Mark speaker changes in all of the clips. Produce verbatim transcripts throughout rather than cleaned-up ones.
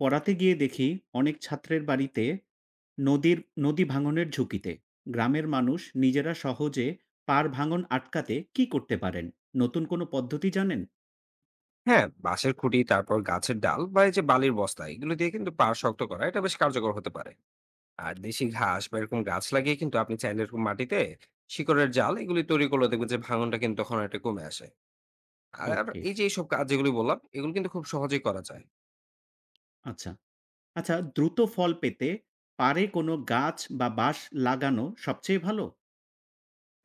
Speaker 1: পড়াতে গিয়ে দেখি অনেক ছাত্রের বাড়িতে নদীর নদী ভাঙনের ঝুঁকিতে। গ্রামের মানুষ নিজেরা সহজে পার ভাঙন আটকাতে কি করতে পারেন? নতুন কোনো পদ্ধতি জানেন?
Speaker 2: হ্যাঁ, বাঁশের খুঁটি, তারপর গাছের ডাল বা এই যে বালির বস্তা, এগুলো দিয়ে কিন্তু পাড় শক্ত করা এটা বেশ কার্যকর হতে পারে। আর দেশি ঘাস বা এরকম গাছ লাগিয়ে কিন্তু আপনি চাইলে এরকম মাটিতে শিকড়ের জাল এগুলি তৈরি করলে দেখবেন যে ভাঙনটা কিন্তু তখন একটা কমে আসে। আর
Speaker 1: ওকে।
Speaker 2: এই যে এইসব কাজ যেগুলি বললাম, এগুলো কিন্তু খুব সহজেই করা যায়।
Speaker 1: আচ্ছা। আচ্ছা, দ্রুত ফল পেতে পারে কোনো গাছ বা বাঁশ লাগানো সবচেয়ে ভালো?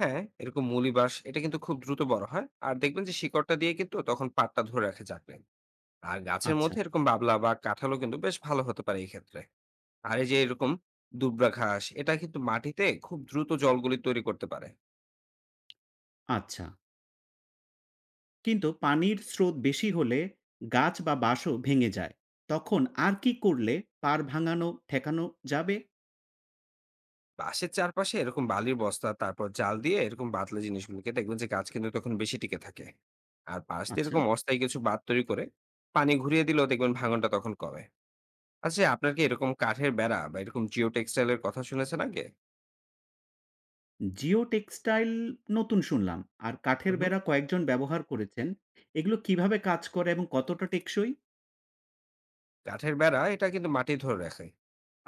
Speaker 2: হ্যাঁ, এরকম মুলি বাঁশ, এটা কিন্তু খুব দ্রুত বড় হয় আর দেখবেন যে শিকড়টা দিয়ে কিন্তু তখন পাটটা ধরে রাখে যাবে। আর গাছের
Speaker 1: আচ্ছা।
Speaker 2: মধ্যে এরকম বাবলা বা কাঁঠালও কিন্তু বেশ ভালো হতে পারে এই ক্ষেত্রে। আর এই যে এরকম দুবরা ঘাস, এটা কিন্তু মাটিতে খুব দ্রুত জলগুলি তৈরি করতে পারে।
Speaker 1: আচ্ছা, কিন্তু পানির স্রোত বেশি হলে গাছ বা বাঁশও ভেঙে যায়, তখন আর কি করলে পার ভাঙানো ঠেকানো যাবে?
Speaker 2: বাঁশের চারপাশে এরকম বালির বস্তা, তারপর জাল দিয়ে এরকম বাতলে জিনিসগুলোকে দেখবেন যে গাছ কিন্তু তখন বেশি টিকে থাকে। আর পাশ দিয়ে
Speaker 1: আচ্ছা।
Speaker 2: এরকম অস্থায়ী কিছু বাঁধ তৈরি করে পানি ঘুরিয়ে দিলেও দেখবেন ভাঙনটা তখন কমে। আচ্ছা, আপনার কি এরকম কাঠের বেড়া বা এরকম জিও টেক্সটাইলের কথা শুনেছেন আগে?
Speaker 1: জিও টেক্সটাইল নতুন শুনলাম। আর কাঠের
Speaker 2: হুম।
Speaker 1: বেড়া কয়েকজন ব্যবহার করেছেন। এগুলো কিভাবে কাজ করে এবং কতটা টেকসই?
Speaker 2: কাঠের বেড়া এটা কিন্তু মাটি ধরে রাখে।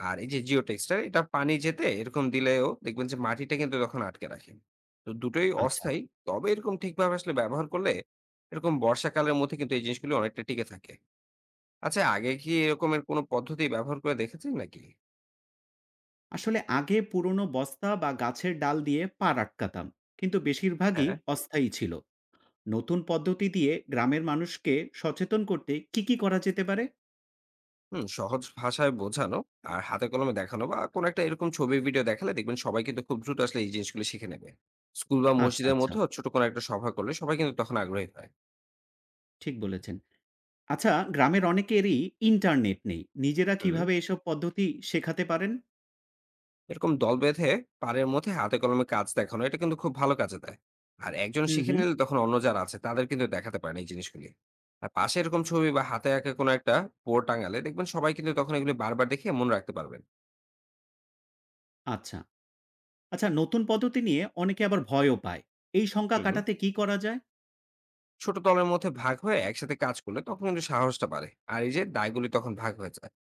Speaker 2: আর এই যে জিও টেক্সটার, এটা পানি যেতে এরকম দিলেও দেখবেন যে মাটিটা কিন্তু তখন আটকে রাখে। তো দুটোই
Speaker 1: আচ্ছা।
Speaker 2: অস্থায়ী। তবে এরকম ঠিকভাবে আসলে ব্যবহার করলে এরকম বর্ষাকালের মধ্যে কিন্তু এই জিনিসগুলো অনেকটা টিকে থাকে। আচ্ছা, আগে কি এরকমের কোনো পদ্ধতি ব্যবহার করে দেখেছেন নাকি?
Speaker 1: আসলে আগে পুরনো বস্তা বা গাছের ডাল দিয়ে পা আটকাতাম, কিন্তু বেশিরভাগই
Speaker 2: হ্যাঁ।
Speaker 1: অস্থায়ী ছিল। নতুন পদ্ধতি দিয়ে গ্রামের মানুষকে সচেতন করতে কি কি করা যেতে পারে?
Speaker 2: হুম সহজ ভাষায় বোঝানো আর হাতে কলমে দেখানো বা কোনো একটা এরকম ছবি ভিডিও দেখালে দেখবেন সবাই কিন্তু খুব দ্রুত আসলে এই জিনিসগুলো শিখে নেবে। স্কুল বা
Speaker 1: আচ্ছা,
Speaker 2: মসজিদের
Speaker 1: আচ্ছা।
Speaker 2: মধ্যে ছোট কোনো একটা সভা করলে সবাই কিন্তু তখন আগ্রহী হয়।
Speaker 1: ঠিক বলেছেন। আচ্ছা, গ্রামের অনেকেরই ইন্টারনেট নেই। নিজেরা
Speaker 2: হুম
Speaker 1: কিভাবে এসব পদ্ধতি শেখাতে পারেন?
Speaker 2: এরকম দল বেঁধে পাড়ের মধ্যে হাতে কলমে কাজ দেখানো, এটা কিন্তু খুব ভালো কাজে দেয়। আর একজন
Speaker 1: হুম,
Speaker 2: শিখে
Speaker 1: হুম।
Speaker 2: নিলে তখন অন্য যারা আছে তাদের কিন্তু দেখাতে পারেন এই জিনিসগুলি। আর পাশে এরকম ছবি বা হাতে আঁকা কোনো একটা বোর্ড টাঙালে দেখবেন সবাই কিন্তু তখন এগুলি বারবার দেখে মনে রাখতে পারবেন।
Speaker 1: আচ্ছা। আচ্ছা, নতুন পদ্ধতি নিয়ে অনেকে আবার ভয়ও পায়। এই শঙ্কা
Speaker 2: হুম
Speaker 1: কাটাতে কি করা যায়?
Speaker 2: ছোট দলের মধ্যে ভাগ হয়ে একসাথে কাজ করলে তখন কিন্তু সাহসটা বাড়ে আর এই যে দায়গুলি তখন ভাগ হয়ে যায়।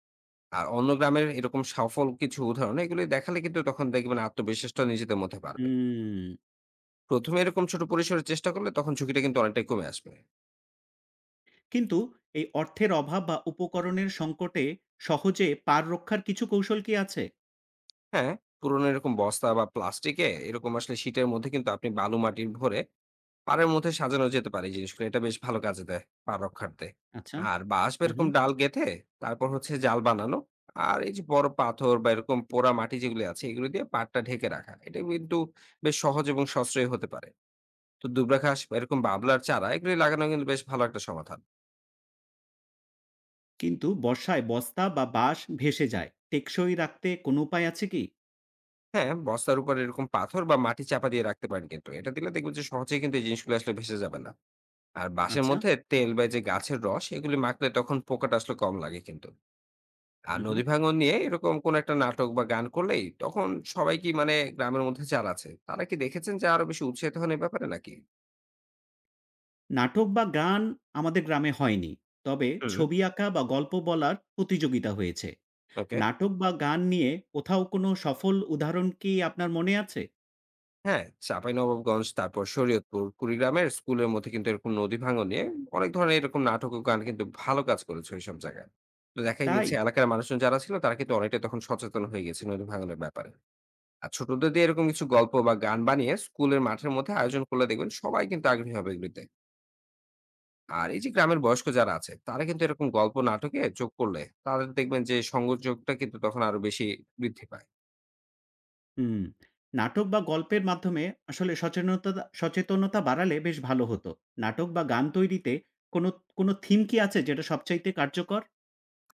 Speaker 2: আর অন্য গ্রামের এরকম সফল কিছু উদাহরণ এগুলি দেখালে কিন্তু তখন দেখবেন আত্মবিশ্বাসটা নিজেদের মধ্যে বাড়বে।
Speaker 1: হুম,
Speaker 2: প্রথমে এরকম ছোট পরিসরে চেষ্টা করলে তখন ঝুঁকিটা কিন্তু অনেকটাই কমে আসবে।
Speaker 1: কিন্তু এই অর্থের অভাব বা উপকরণের সংকটে সহজে পার রক্ষার কিছু কৌশল কি আছে?
Speaker 2: হ্যাঁ, পুরোনো এরকম বস্তা বা প্লাস্টিকে এরকম আসলে শীটের মধ্যে কিন্তু আপনি বালু মাটির ভরে পাড়ের মধ্যে সাজানো যেতে পারে এই জিনিসগুলো। এটা বেশ ভালো কাজে দেয় পা রক্ষার্থে।
Speaker 1: আচ্ছা,
Speaker 2: আর বাঁশ বা
Speaker 1: হু, হু।
Speaker 2: এরকম ডাল গেঁথে তারপর হচ্ছে জাল বানানো। আর এই যে বড় পাথর বা এরকম পোড়া মাটি যেগুলি আছে, এগুলো দিয়ে পাড়টা ঢেকে রাখা, এটা কিন্তু বেশ সহজ এবং সাশ্রয়ী হতে পারে। তো দুবরা ঘাস বা এরকম বাবলার চারা এগুলি লাগানো কিন্তু বেশ ভালো একটা সমাধান।
Speaker 1: কিন্তু বর্ষায় বস্তা বা বাঁশ ভেসে যায়। টেকসই রাখতে কোনো উপায় আছে কি?
Speaker 2: হ্যাঁ, বস্তার উপর এরকম পাথর বা মাটি চাপা দিয়ে রাখতে পারেন কিন্তু। এটা দিলে দেখবেন যে সহজেই কিন্তু এই জিনিসগুলো আসলে ভেসে যাবে না। আর বাঁশের
Speaker 1: আচ্ছা,
Speaker 2: মধ্যে তেল বা এই যে গাছের রস এগুলি মাখলে তখন পোকাটা আসলে কম লাগে কিন্তু। আর
Speaker 1: হু, হু।
Speaker 2: নদী ভাঙন নিয়ে এরকম কোন একটা নাটক বা গান করলেই তখন সবাই কি, মানে গ্রামের মধ্যে যারা আছে তারা কি দেখেছেন যে আরো বেশি উৎসাহিত হন এই ব্যাপারে নাকি?
Speaker 1: নাটক বা গান আমাদের গ্রামে হয়নি। তবে
Speaker 2: হুম
Speaker 1: ছবি আঁকা বা গল্প বলার প্রতিযোগিতা হয়েছে।
Speaker 2: ওকে।
Speaker 1: নাটক বা গান নিয়ে কোথাও কোনো সফল উদাহরণ কি আপনার মনে আছে?
Speaker 2: হ্যাঁ, চাঁপাইনবাবগঞ্জ, তারপর শরীয়তপুর, কুড়িগ্রামের স্কুলের মধ্যে কিন্তু এরকম নদী ভাঙন নিয়ে অনেক ধরনের এরকম নাটক ও গান কিন্তু ভালো কাজ করেছে ওইসব জায়গায়। তো দেখা
Speaker 1: তাই?
Speaker 2: গিয়েছে এলাকার মানুষজন যারা ছিল তারা কিন্তু অনেকটা তখন সচেতন হয়ে গেছে নদী ভাঙনের ব্যাপারে। আর ছোটদের দিয়ে এরকম কিছু গল্প বা গান বানিয়ে স্কুলের মাঠের মধ্যে আয়োজন করলে দেখবেন সবাই কিন্তু আগ্রহী হবে এগুলিতে। আর এই যে গ্রামের বয়স্ক যারা আছে তারা কিন্তু এরকম গল্প নাটকে যোগ করলে তাদের দেখবেন যে সংযোগটা কিন্তু তখন আরো বেশি বৃদ্ধি পায়।
Speaker 1: হুম। নাটক বা গল্পের মাধ্যমে আসলে সচেনতা সচেতনতা বাড়ালে বেশ ভালো হতো। নাটক বা গান তৈরিতে কোনো, কোনো থিম কি আছে যেটা সবচাইতে কার্যকর?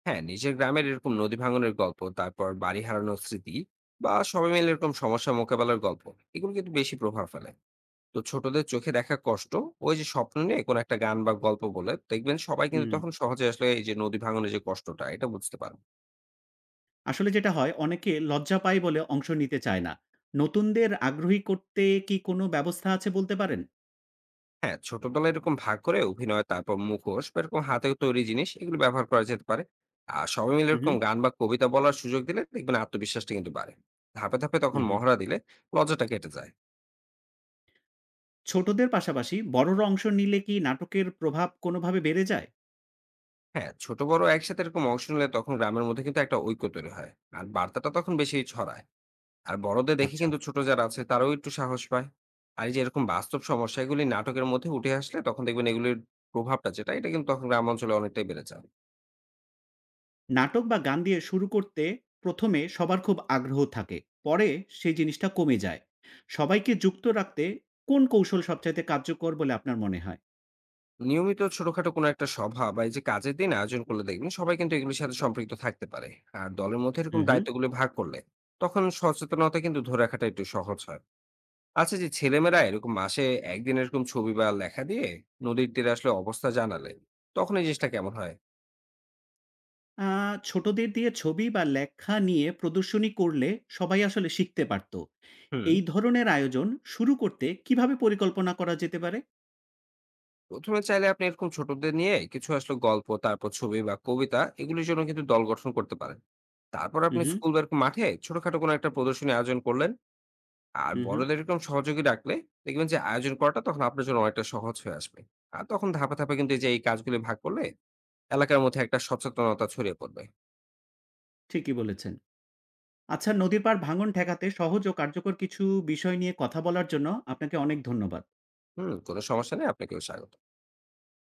Speaker 2: হ্যাঁ, নিজের গ্রামের এরকম নদী ভাঙনের গল্প, তারপর বাড়ি হারানোর স্মৃতি বা সবাই মিলে এরকম সমস্যা মোকাবেলার গল্প, এগুলো কিন্তু বেশি প্রভাব ফেলে। তো ছোটদের চোখে দেখা কষ্ট, ওই যে স্বপ্ন নিয়ে কোনো একটা গান বা গল্প বলে দেখবেন সবাই কিন্তু
Speaker 1: হুম।
Speaker 2: তখন সহজে আসলে এই যে নদী ভাঙনের যে কষ্টটা এটা বুঝতে পারবে।
Speaker 1: আসলে যেটা হয়, অনেকে লজ্জা পায় বলে অংশ নিতে চায় না। নতুনদের আগ্রহী করতে কি কোনো ব্যবস্থা আছে বলতে পারেন?
Speaker 2: হ্যাঁ, ছোটবেলায় এরকম ভাগ করে অভিনয়, তারপর মুখোশ বা এরকম হাতে তৈরি জিনিস এগুলো ব্যবহার করা যেতে পারে। আর সবাই মিলে
Speaker 1: হুম,
Speaker 2: এরকম
Speaker 1: হুম,
Speaker 2: গান বা কবিতা বলার সুযোগ দিলে দেখবেন আত্মবিশ্বাসটা কিন্তু বাড়ে। ধাপে ধাপে তখন
Speaker 1: হুম, হুম।
Speaker 2: মহড়া দিলে লজ্জাটা কেটে যায়।
Speaker 1: ছোটদের পাশাপাশি বড়রা অংশ নিলে কি নাটকের প্রভাব কোনোভাবে বেড়ে যায়?
Speaker 2: হ্যাঁ, ছোট বড় একসাথে এরকম অংশ নিলে তখন গ্রামের মধ্যে কিন্তু একটা ঐক্য তৈরি হয়। আর বার্তাটা তখন বেশি ছড়ায়। আর বড়দের দেখে
Speaker 1: আচ্ছা।
Speaker 2: কিন্তু ছোট যারা আছে তারাও একটু সাহস পায়। আর এই যে এরকম বাস্তব সমস্যা এগুলি নাটকের মধ্যে উঠে আসলে তখন দেখবেন এগুলির প্রভাবটা যেটা, এটা কিন্তু তখন গ্রাম অঞ্চলে অনেকটাই বেড়ে যায়।
Speaker 1: নাটক বা গান দিয়ে শুরু করতে প্রথমে সবার খুব আগ্রহ থাকে, পরে সেই জিনিসটা কমে যায়। সবাইকে যুক্ত রাখতে কোন কৌশল সবচাইতে কার্যকর বলে আপনার মনে হয়?
Speaker 2: নিয়মিত ছোটখাটো কোনো একটা সভা বা এই যে কাজের দিন আয়োজন করলে দেখবেন সবাই কিন্তু এগুলির সাথে সম্পৃক্ত থাকতে পারে। আর দলের মধ্যে এরকম
Speaker 1: হুম, হুম।
Speaker 2: দায়িত্বগুলো ভাগ করলে তখন সচেতনতা কিন্তু ধরে রাখাটা একটু সহজ হয়। আচ্ছা, যে ছেলেমেয়েরা এরকম মাসে একদিন এরকম ছবি বা লেখা দিয়ে নদীর তীরে আসলে অবস্থা জানালে তখন এই জিনিসটা কেমন হয়?
Speaker 1: আহ, ছোটদের দিয়ে ছবি বা লেখা নিয়ে প্রদর্শনী করলে সবাই আসলে শিখতে পারত।
Speaker 2: হুম
Speaker 1: এই ধরনের আয়োজন শুরু করতে কিভাবে পরিকল্পনা করা যেতে পারে?
Speaker 2: প্রথমে চাইলে আপনি এরকম ছোটদের নিয়ে কিছু আসলে গল্প, তারপর ছবি বা কবিতা এগুলির জন্য কিন্তু দল গঠন করতে পারেন। তারপর আপনি
Speaker 1: হুম,
Speaker 2: স্কুল বা এরকম মাঠে ছোটখাটো কোনো একটা প্রদর্শনী আয়োজন করলেন। আর
Speaker 1: হুম, হুম।
Speaker 2: বড়দের এরকম সহযোগী রাখলে দেখবেন যে আয়োজন করাটা তখন আপনার জন্য অনেকটা সহজ হয়ে আসবে। আর তখন ধাপে ধাপে কিন্তু এই যে এই কাজগুলি ভাগ করলে এলাকার মধ্যে একটা সচেতনতা ছড়িয়ে পড়বে।
Speaker 1: ঠিকই বলেছেন। আচ্ছা, নদীর পাড় ভাঙন ঠেকাতে সহজ ও কার্যকর কিছু বিষয় নিয়ে কথা বলার জন্য আপনাকে অনেক ধন্যবাদ।
Speaker 2: হুম কোনো সমস্যা নেই, আপনাকেও স্বাগত।